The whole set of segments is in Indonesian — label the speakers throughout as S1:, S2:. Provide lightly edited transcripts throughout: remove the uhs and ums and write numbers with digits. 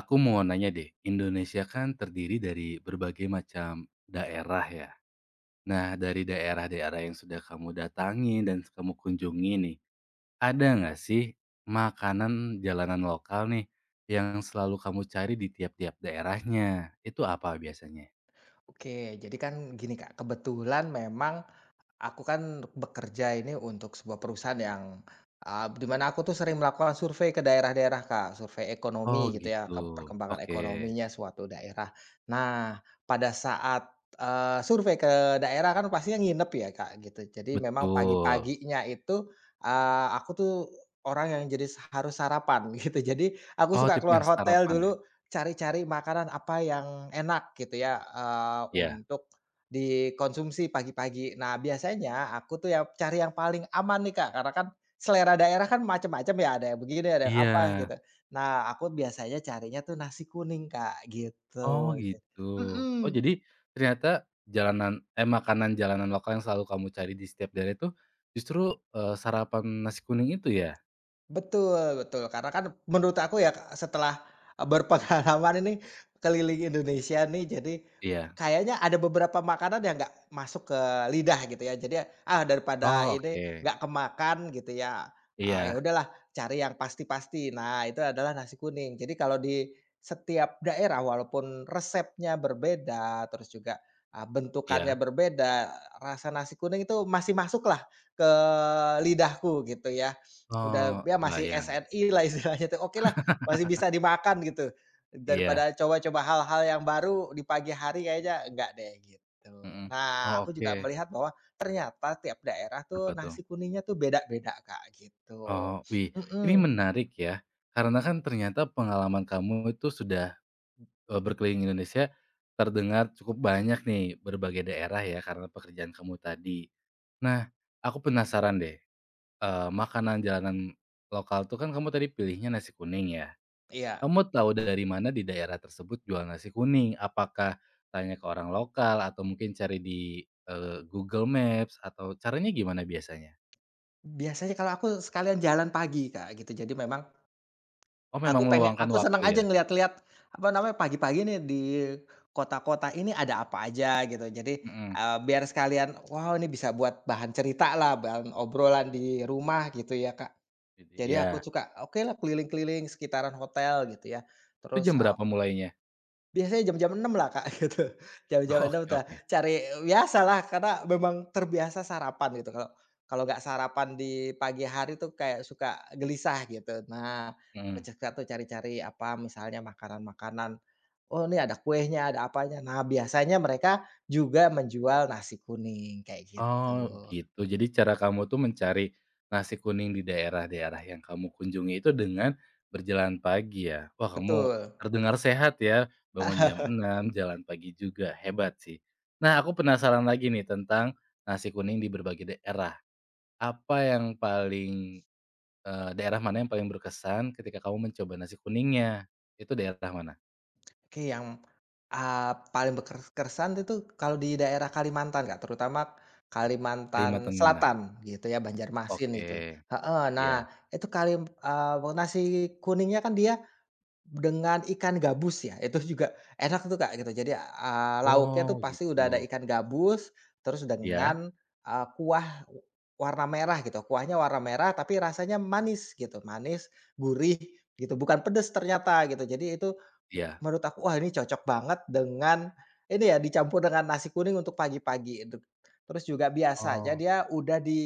S1: Aku mau nanya deh, Indonesia kan terdiri dari berbagai macam daerah ya. Nah, dari daerah-daerah yang sudah kamu datangi dan kamu kunjungi nih, ada nggak sih makanan jalanan lokal nih yang selalu kamu cari di tiap-tiap daerahnya? Itu apa biasanya?
S2: Oke, jadi kan gini, Kak, kebetulan memang aku kan bekerja ini untuk sebuah perusahaan yang, di mana aku tuh sering melakukan survei ke daerah-daerah, Kak, survei
S1: Oh
S2: ekonomi gitu ya,
S1: gitu,
S2: ke perkembangan
S1: oke,
S2: ekonominya suatu daerah. Nah, pada saat, survei ke daerah kan pastinya nginep ya, Kak, gitu. Jadi memang
S1: betul.
S2: pagi-paginya itu, aku tuh orang yang jadi harus sarapan gitu. Jadi aku
S1: Oh
S2: suka
S1: tipe
S2: keluar
S1: yang
S2: hotel
S1: sarapan ya?
S2: dulu, cari-cari makanan apa yang enak gitu ya,
S1: Iya.
S2: untuk dikonsumsi pagi-pagi. Nah, biasanya aku tuh ya cari yang paling aman nih, Kak, karena kan selera daerah kan macam-macam ya, ada yang begini, ada yang apa
S1: Iya.
S2: gitu. Nah, aku biasanya carinya tuh nasi kuning, Kak,
S1: Oh
S2: gitu.
S1: gitu. Oh
S2: Mhm.
S1: jadi ternyata jalanan makanan jalanan lokal yang selalu kamu cari di setiap daerah itu justru, sarapan nasi kuning itu ya?
S2: Betul betul, karena kan menurut aku ya, Kak, setelah, berpengalaman ini keliling Indonesia nih, jadi
S1: Iya.
S2: kayaknya ada beberapa makanan yang nggak masuk ke lidah gitu ya. Jadi, ah, daripada
S1: Oh
S2: ini
S1: oke.
S2: nggak kemakan gitu ya, ya
S1: Iya
S2: udahlah cari yang pasti-pasti. Nah, itu adalah nasi kuning. Jadi kalau di setiap daerah walaupun resepnya berbeda, terus juga, bentukannya
S1: iya.
S2: berbeda, rasa nasi kuning itu masih masuk lah ke lidahku gitu ya. Udah
S1: Oh
S2: ya masih
S1: kebayang.
S2: SNI lah istilahnya tuh, oke lah masih bisa dimakan gitu,
S1: Iya,
S2: daripada coba-coba hal-hal yang baru di pagi hari kayaknya enggak deh gitu.
S1: mhm.
S2: Nah,
S1: Oh
S2: aku juga
S1: oke.
S2: melihat bahwa ternyata tiap daerah tuh
S1: Apa tuh?
S2: nasi kuningnya tuh beda-beda, Kak, gitu.
S1: Oh wih, ini
S2: Mhm.
S1: menarik ya, karena kan ternyata pengalaman kamu itu sudah, berkeliling Indonesia terdengar cukup banyak nih berbagai daerah ya karena pekerjaan kamu tadi. Nah, aku penasaran deh. Makanan jalanan lokal tuh kan kamu tadi pilihnya nasi kuning ya.
S2: Iya.
S1: Kamu tahu dari mana di daerah tersebut jual nasi kuning? Apakah tanya ke orang lokal atau mungkin cari di, Google Maps atau caranya gimana biasanya?
S2: Biasanya kalau aku sekalian jalan pagi, Kak, gitu, jadi memang
S1: Oh memang meluangkan
S2: Aku
S1: waktu
S2: senang aja
S1: ya?
S2: ngelihat-lihat, apa namanya, pagi-pagi nih di kota-kota ini ada apa aja gitu. Jadi,
S1: Mhm,
S2: biar sekalian, wow, ini bisa buat bahan cerita lah, bahan obrolan di rumah gitu ya, Kak.
S1: jadi
S2: Jadi
S1: ya.
S2: aku suka, oke lah, keliling-keliling sekitaran hotel gitu ya.
S1: Itu
S2: Terus,
S1: jam berapa mulainya?
S2: biasanya jam-jam 6 lah, Kak, gitu. Jam-jam
S1: Oh
S2: enam
S1: oke
S2: tuh
S1: oke,
S2: cari biasalah karena memang terbiasa sarapan gitu. Kalau kalau nggak sarapan di pagi hari tuh kayak suka gelisah gitu. Nah, aku
S1: mhm.
S2: suka tuh cari-cari apa, misalnya makanan-makanan, oh ini ada kuenya, ada apanya. Nah, biasanya mereka juga menjual nasi kuning kayak
S1: Oh,
S2: gitu.
S1: gitu. Jadi cara kamu tuh mencari nasi kuning di daerah-daerah yang kamu kunjungi itu dengan berjalan pagi ya? Wah, kamu
S2: Betul.
S1: terdengar sehat ya, bangun
S2: Ah.
S1: jam 6 jalan pagi juga, hebat sih. Nah, aku penasaran lagi nih tentang nasi kuning di berbagai daerah. Apa yang daerah mana yang paling berkesan ketika kamu mencoba nasi kuningnya? Itu daerah mana?
S2: Oke yang Ah, paling keresan itu kalau di daerah Kalimantan, Kak, terutama Kalimantan
S1: Kalimantan mana?
S2: Selatan gitu ya, Banjarmasin itu.
S1: Oke,
S2: Heeh,
S1: ya.
S2: nah itu nasi kuningnya kan dia dengan ikan gabus ya, itu juga enak tuh, Kak, gitu. Jadi, lauknya tuh
S1: Oh,
S2: pasti udah ada
S1: gitu.
S2: ikan gabus, terus
S1: Ya,
S2: dengan, kuah warna merah gitu, kuahnya warna merah tapi rasanya manis gitu, manis, gurih gitu, bukan pedes ternyata gitu. Jadi itu,
S1: ya.
S2: menurut aku, wah, ini cocok banget dengan ini ya, dicampur dengan nasi kuning untuk pagi-pagi. Terus juga biasa aja
S1: Oh,
S2: dia udah di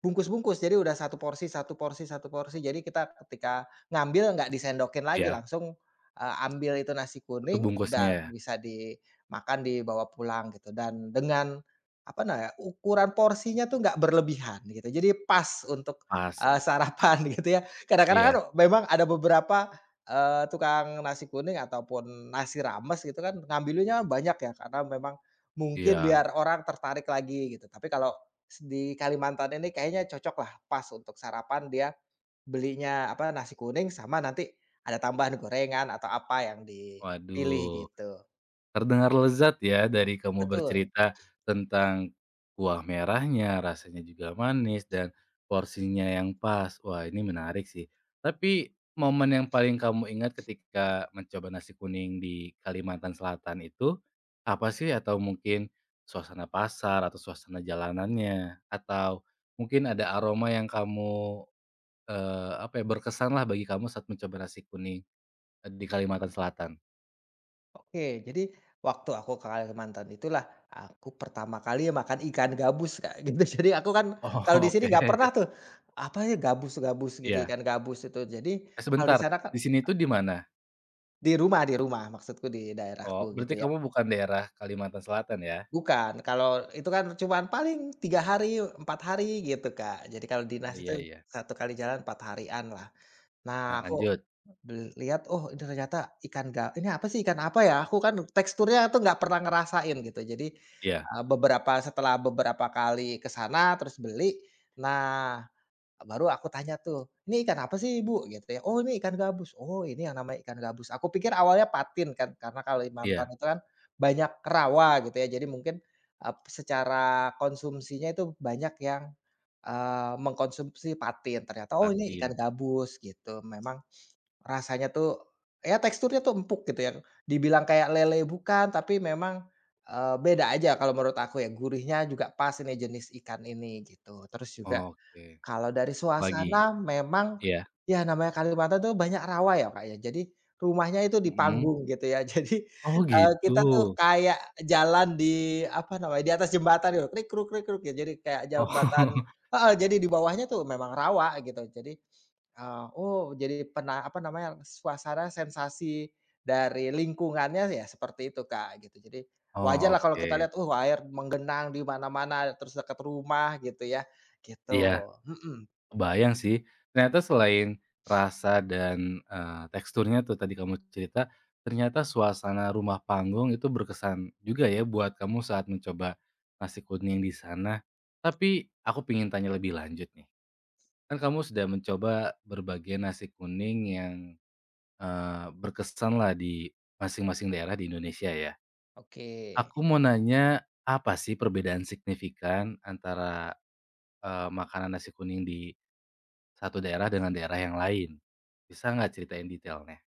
S2: bungkus-bungkus, jadi udah satu porsi satu porsi satu porsi, jadi kita ketika ngambil nggak disendokin lagi,
S1: ya.
S2: langsung, ambil itu nasi
S1: Satu
S2: kuning,
S1: bungkusnya
S2: udah
S1: ya?
S2: bisa dimakan, dibawa pulang gitu. Dan dengan, apa na ya, ukuran porsinya tuh nggak berlebihan gitu, jadi pas untuk,
S1: Pas ya?
S2: sarapan gitu ya. Kadang-kadang
S1: Iya
S2: kan memang ada beberapa, tukang nasi kuning ataupun nasi rames gitu kan, ngambilnya banyak ya, karena memang mungkin
S1: iya.
S2: biar orang tertarik lagi gitu. Tapi kalau di Kalimantan ini kayaknya cocok lah pas untuk sarapan, dia belinya apa, nasi kuning sama nanti ada tambahan gorengan atau apa yang dipilih
S1: Waduh,
S2: gitu.
S1: terdengar lezat ya dari kamu
S2: Betul.
S1: bercerita tentang kuah merahnya, rasanya juga manis dan porsinya yang pas. Wah, ini menarik sih. Tapi momen yang paling kamu ingat ketika mencoba nasi kuning di Kalimantan Selatan itu apa sih? Atau mungkin suasana pasar atau suasana jalanannya? Atau mungkin ada aroma yang kamu apa ya, berkesan lah bagi kamu saat mencoba nasi kuning, di Kalimantan Selatan?
S2: Oke, jadi waktu aku ke Kalimantan itulah aku pertama kali makan ikan gabus, Kak, gitu. Jadi aku kan
S1: Oh,
S2: kalau di sini nggak pernah
S1: oke.
S2: tuh, apa ya, gabus-gabus gitu,
S1: Iya.
S2: ikan gabus itu. Jadi
S1: Eh,
S2: kalau di
S1: sebentar,
S2: sana kan
S1: di sini itu di mana?
S2: di rumah, maksudku di daerahku
S1: Oh,
S2: gitu
S1: berarti
S2: ya.
S1: kamu bukan daerah Kalimantan Selatan ya?
S2: Bukan, kalau itu kan cuman paling 3 hari, 4 hari gitu, Kak. Jadi kalau dinas
S1: Oh,
S2: itu
S1: iya iya.
S2: satu kali jalan 4 harian lah.
S1: Nah,
S2: Nah, aku
S1: lanjut.
S2: lihat, oh ini ternyata ikan ga ini apa sih, ikan apa ya? Aku kan teksturnya tuh nggak pernah ngerasain gitu. Jadi,
S1: Iya
S2: setelah beberapa kali ke sana terus beli, nah, baru aku tanya tuh, "Ini ikan apa sih, Ibu?" Gitu ya. "Oh, ini ikan gabus." "Oh, ini yang namanya ikan gabus." Aku pikir awalnya patin kan, karena kalau di mantan
S1: iya,
S2: itu kan banyak rawa gitu ya. Jadi mungkin, secara konsumsinya itu banyak yang, mengkonsumsi patin. Ternyata, "Oh, ini ikan
S1: patin.
S2: gabus." Gitu. Memang rasanya tuh, ya teksturnya tuh empuk gitu ya. Dibilang kayak lele bukan, tapi memang, beda aja kalau menurut aku ya, gurihnya juga pas ini jenis ikan ini gitu. Terus juga
S1: Oke,
S2: kalau dari
S1: lagi?
S2: suasana memang,
S1: Iya.
S2: ya namanya Kalimantan tuh banyak rawa ya, Kak, ya. Jadi rumahnya itu di
S1: Mhm.
S2: panggung gitu ya. Jadi,
S1: Oh, gitu.
S2: kita tuh kayak jalan di apa namanya, di atas jembatan gitu, krik kruk ya. Jadi kayak jembatan,
S1: Oh.
S2: heeh, jadi di bawahnya tuh memang rawa gitu. Jadi oh, jadi apa namanya, suasana sensasi dari lingkungannya ya seperti itu, Kak, gitu. Jadi wajar
S1: Oh,
S2: lah kalau kita
S1: oke.
S2: lihat, air menggenang di mana-mana, terus dekat rumah gitu ya,
S1: Iya.
S2: gitu. Mhm.
S1: Kebayang sih. Ternyata selain rasa dan, teksturnya tuh tadi kamu cerita, ternyata suasana rumah panggung itu berkesan juga ya buat kamu saat mencoba nasi kuning di sana. Tapi aku pengen tanya lebih lanjut nih, kan kamu sudah mencoba berbagai nasi kuning yang, berkesan lah di masing-masing daerah di Indonesia ya.
S2: Oke.
S1: Aku mau nanya, apa sih perbedaan signifikan antara, makanan nasi kuning di satu daerah dengan daerah yang lain. Bisa nggak ceritain detailnya?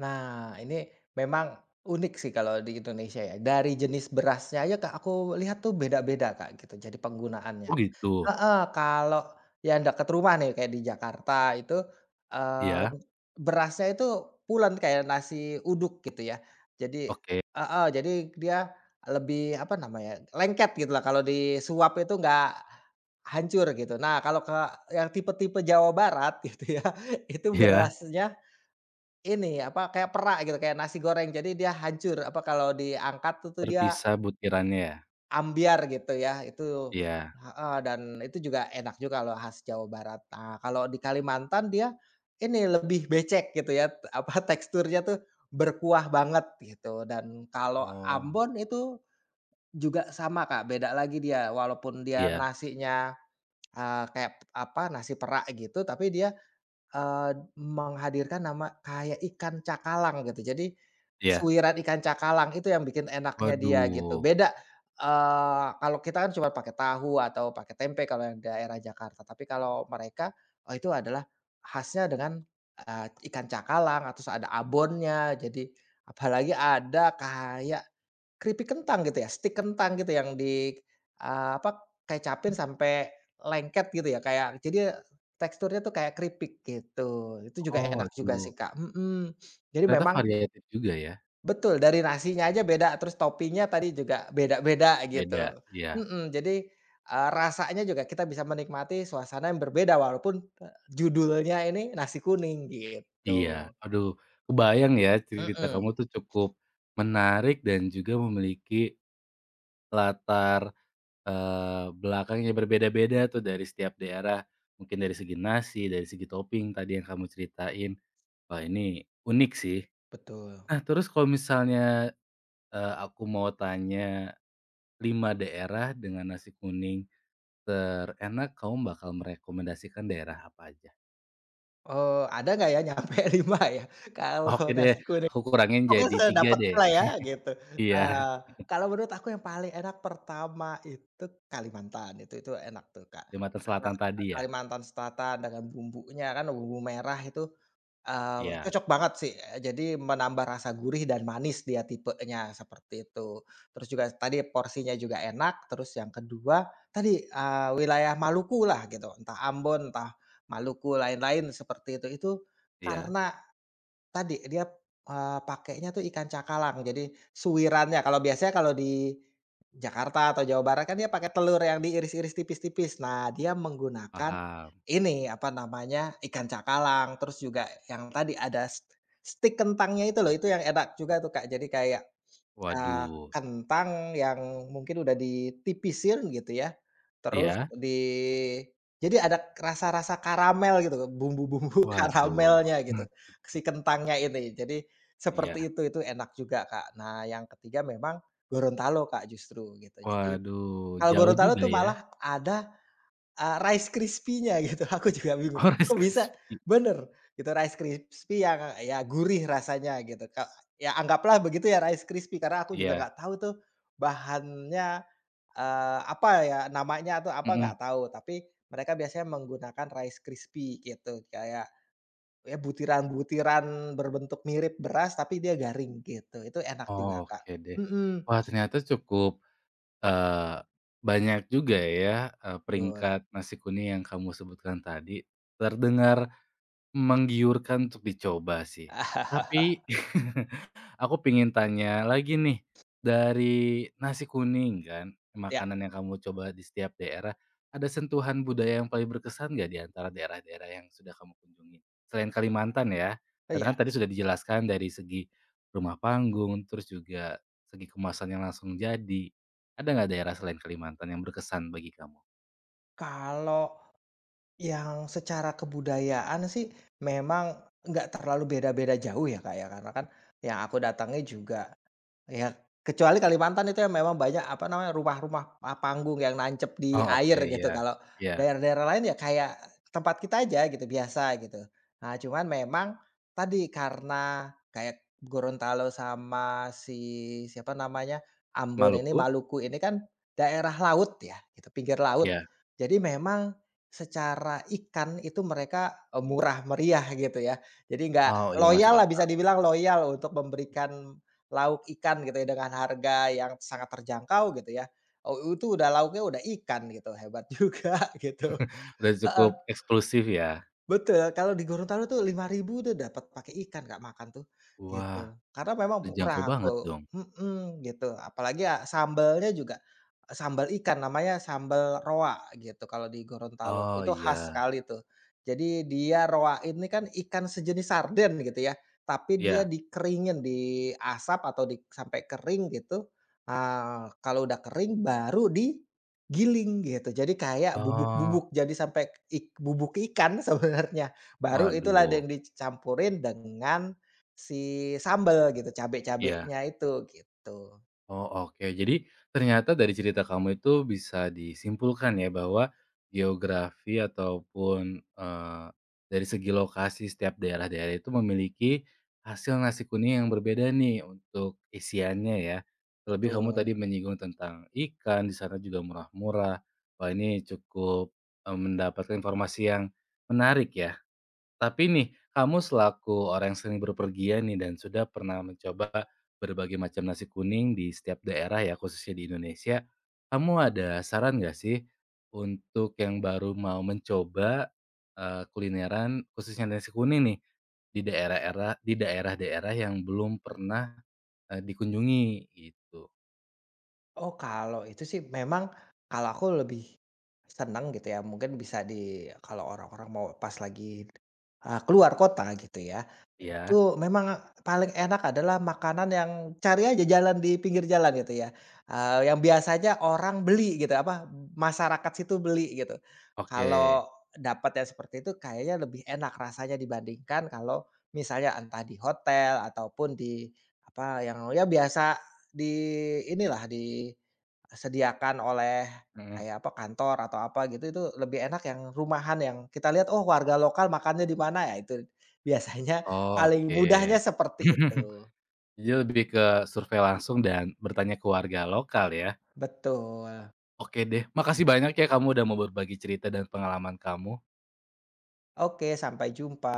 S2: Nah, ini memang unik sih kalau di Indonesia ya. Dari jenis berasnya aja, Kak, aku lihat tuh beda-beda, Kak, gitu, jadi penggunaannya.
S1: Oh gitu?
S2: Heeh, kalau yang dekat rumah nih kayak di Jakarta itu, eee,
S1: Iya,
S2: berasnya itu pulen kayak nasi uduk gitu ya. Jadi
S1: oke.
S2: heeh, jadi dia lebih apa namanya, lengket gitu lah, kalau disuap itu nggak hancur gitu. Nah, kalau ke yang tipe-tipe Jawa Barat gitu ya, itu
S1: Iya,
S2: berasnya ini, apa, kayak perak gitu, kayak nasi goreng. Jadi dia hancur, apa, kalau diangkat tuh tuh dia
S1: terpisah butirannya ya?
S2: ambiar gitu ya, itu
S1: Iya.
S2: heeh, dan itu juga enak juga kalau khas Jawa Barat. Nah, kalau di Kalimantan dia ini lebih becek gitu ya, apa, teksturnya tuh berkuah banget gitu. Dan kalau
S1: Oh,
S2: Ambon itu juga sama, Kak, beda lagi dia walaupun dia
S1: iya
S2: nasinya, kayak, apa, nasi perak gitu, tapi dia Eee, menghadirkan nama kayak ikan cakalang gitu. Jadi,
S1: iya.
S2: suwiran ikan cakalang itu yang bikin enaknya dia gitu.
S1: Waduh.
S2: Beda, kalau kita kan cuma pakai tahu atau pakai tempe kalau yang daerah Jakarta. Tapi kalau mereka, oh, itu adalah khasnya dengan, ikan cakalang, atau ada abonnya. Jadi apalagi ada kayak keripik kentang gitu ya, stik kentang gitu yang di, apa, kecapin sampai lengket gitu ya, kayak jadi teksturnya tuh kayak keripik gitu, itu juga
S1: Oh,
S2: enak juga
S1: waduh.
S2: sih, Kak. Mhm. Jadi
S1: Ternyata
S2: memang
S1: variatif juga ya,
S2: betul, dari nasinya aja beda, terus topping-nya tadi juga beda-beda
S1: beda.
S2: gitu.
S1: Iya
S2: Mhm. Jadi, rasanya juga kita bisa menikmati suasana yang berbeda walaupun, judulnya ini nasi kuning gitu.
S1: iya. Aduh, kebayang ya cerita kamu
S2: Mhm.
S1: tuh cukup menarik dan juga memiliki latar, belakang yang berbeda-beda tuh dari setiap daerah. Mungkin dari segi nasi, dari segi topping tadi yang kamu ceritain. Wah, ini unik sih.
S2: Betul.
S1: Nah, terus kalau misalnya, aku mau tanya 5 daerah dengan nasi kuning terenak, kamu bakal merekomendasikan daerah apa aja?
S2: Ada nggak ya nyampe 5 ya kalau
S1: Oke deh,
S2: nasi kuning?
S1: aku kurangin
S2: Pokoknya
S1: jadi tiga
S2: sedapatnya
S1: deh.
S2: lah ya gitu.
S1: Iya,
S2: Nah, kalau menurut aku yang paling enak pertama itu Kalimantan, itu enak tuh, Kak.
S1: Kalimantan
S2: Karena,
S1: Selatan
S2: eh,
S1: tadi ya?
S2: Kalimantan Selatan dengan bumbunya kan bumbu merah itu,
S1: Iya
S2: cocok banget sih, jadi menambah rasa gurih dan manis, dia tipenya seperti itu. Terus juga tadi porsinya juga enak. Terus yang kedua tadi, wilayah Maluku lah, gitu, entah Ambon, entah Maluku, lain-lain seperti itu. Itu
S1: iya,
S2: karena tadi, dia, pakainya tuh ikan cakalang, jadi suwirannya kalau biasanya kalau di Jakarta atau Jawa Barat kan dia pakai telur yang diiris-iris tipis-tipis. Nah, dia menggunakan
S1: paham.
S2: ini, apa namanya, ikan cakalang. Terus juga yang tadi ada stik kentangnya itu loh, itu yang enak juga tuh, Kak. Jadi kayak
S1: Waduh,
S2: kentang yang mungkin udah ditipisin gitu ya, terus
S1: iya?
S2: di, jadi ada rasa-rasa karamel gitu, bumbu-bumbu
S1: Waduh,
S2: karamelnya gitu,
S1: mmm,
S2: si kentangnya ini. Jadi seperti
S1: iya.
S2: itu enak juga, Kak. Nah, yang ketiga memang Gorontalo, Kak, justru gitu. Jadi
S1: Waduh,
S2: kalau
S1: jauh
S2: Gorontalo
S1: juga
S2: tuh
S1: ya?
S2: malah ada Rice Krispies-nya gitu, aku juga bingung,
S1: Oh, Rice
S2: kok bisa
S1: Krispies.
S2: bener, itu Rice Krispies yang, ya, gurih rasanya gitu, Kak. Ya anggaplah begitu ya, Rice Krispies, karena aku juga
S1: Iya,
S2: nggak tahu tuh bahannya, apa ya namanya atau apa, nggak
S1: mhm.
S2: tahu, tapi mereka biasanya menggunakan Rice Krispies gitu, kayak ya butiran-butiran berbentuk mirip beras, tapi dia garing gitu, itu enak juga, Kak.
S1: Oke deh.
S2: Mhm.
S1: Wah, ternyata cukup. Eee, Banyak juga ya,
S2: Betul.
S1: peringkat nasi kuning yang kamu sebutkan tadi, terdengar menggiurkan untuk dicoba sih. Tapi, aku pengen tanya lagi nih, dari nasi kuning kan,
S2: Ya.
S1: makanan yang kamu coba di setiap daerah, ada sentuhan budaya yang paling berkesan nggak di antara daerah-daerah yang sudah kamu kunjungi? Selain Kalimantan ya,
S2: Oh
S1: karena
S2: ya,
S1: kan tadi sudah dijelaskan dari segi rumah panggung, terus juga segi kemasan yang langsung jadi. Ada nggak daerah selain Kalimantan yang berkesan bagi kamu?
S2: kalau yang secara kebudayaan sih memang nggak terlalu beda-beda jauh ya, Kak, ya, karena kan yang aku datangi juga, ya, kecuali Kalimantan itu yang memang banyak, apa namanya, rumah-rumah, panggung yang nancep di
S1: Oh
S2: air
S1: oke,
S2: gitu,
S1: iya.
S2: kalau
S1: Iya.
S2: daerah-daerah lain ya kayak tempat kita aja gitu, biasa gitu. Nah, cuman memang tadi karena kayak Gorontalo sama si siapa namanya, Ambon ini,
S1: Maluku?
S2: Maluku ini kan daerah laut ya, gitu, pinggir laut.
S1: Iya.
S2: Jadi memang secara ikan itu mereka, murah meriah gitu ya. Jadi nggak
S1: Oh iya, masuk
S2: loyal lah, bisa
S1: akal.
S2: dibilang loyal untuk memberikan lauk ikan gitu ya dengan harga yang sangat terjangkau gitu ya, oh itu udah, lauknya udah ikan gitu, hebat juga gitu.
S1: Udah cukup eksklusif ya?
S2: Betul, kalau di Gorontalo tuh 5 ribu tuh dapat pakai ikan, Kak, makan tuh,
S1: Wah,
S2: gitu. Karena memang
S1: terjangkau
S2: murah
S1: banget
S2: aku.
S1: dong.
S2: Mhm. Gitu. Apalagi ya sambalnya juga, sambal ikan namanya, sambal roa gitu kalau di Gorontalo,
S1: Oh
S2: itu khas
S1: iya,
S2: sekali tuh. Jadi dia roa ini kan ikan sejenis sarden gitu ya, tapi dia
S1: iya.
S2: dikeringin di asap atau di sampai kering gitu, kalau udah kering baru di giling gitu, jadi kayak
S1: Oh,
S2: bubuk-bubuk, jadi sampai bubuk ikan sebenarnya. Baru itulah
S1: waduh,
S2: yang dicampurin dengan si sambel gitu,
S1: iya.
S2: cabe-cabenya itu, gitu.
S1: Oh, oke. Jadi ternyata dari cerita kamu itu bisa disimpulkan ya bahwa geografi ataupun, dari segi lokasi setiap daerah-daerah itu memiliki hasil nasi kuning yang berbeda nih untuk isiannya ya. Terlebih kamu
S2: Betul.
S1: tadi menyinggung tentang ikan, di sana juga murah-murah. Wah, ini cukup, mendapatkan informasi yang menarik ya. Tapi nih, kamu selaku orang yang sering berpergian nih dan sudah pernah mencoba berbagai macam nasi kuning di setiap daerah ya, khususnya di Indonesia. Kamu ada saran nggak sih untuk yang baru mau mencoba, kulineran khususnya nasi kuning nih, di daerah-daerah yang belum pernah, dikunjungi gitu?
S2: Oh, kalau itu sih memang kalau aku lebih seneng gitu ya, mungkin bisa di, kalau orang-orang mau pas lagi, keluar kota gitu ya,
S1: Ya,
S2: itu memang paling enak adalah makanan yang cari aja jalan di pinggir jalan gitu ya, yang biasanya orang beli gitu, apa, masyarakat situ beli gitu.
S1: oke.
S2: Kalau dapat yang seperti itu kayaknya lebih enak rasanya dibandingkan kalau misalnya entah di hotel ataupun di, apa, yang ya biasa di inilah, disediakan oleh
S1: Mhm.
S2: kayak apa, kantor atau apa gitu, itu lebih enak yang rumahan, yang kita lihat, oh warga lokal makannya di mana ya, itu biasanya
S1: Oh,
S2: paling
S1: oke.
S2: mudahnya seperti itu.
S1: Jadi lebih ke survei langsung dan bertanya ke warga lokal ya?
S2: Betul.
S1: Oke deh, makasih banyak ya kamu udah mau berbagi cerita dan pengalaman kamu.
S2: Oke, sampai jumpa.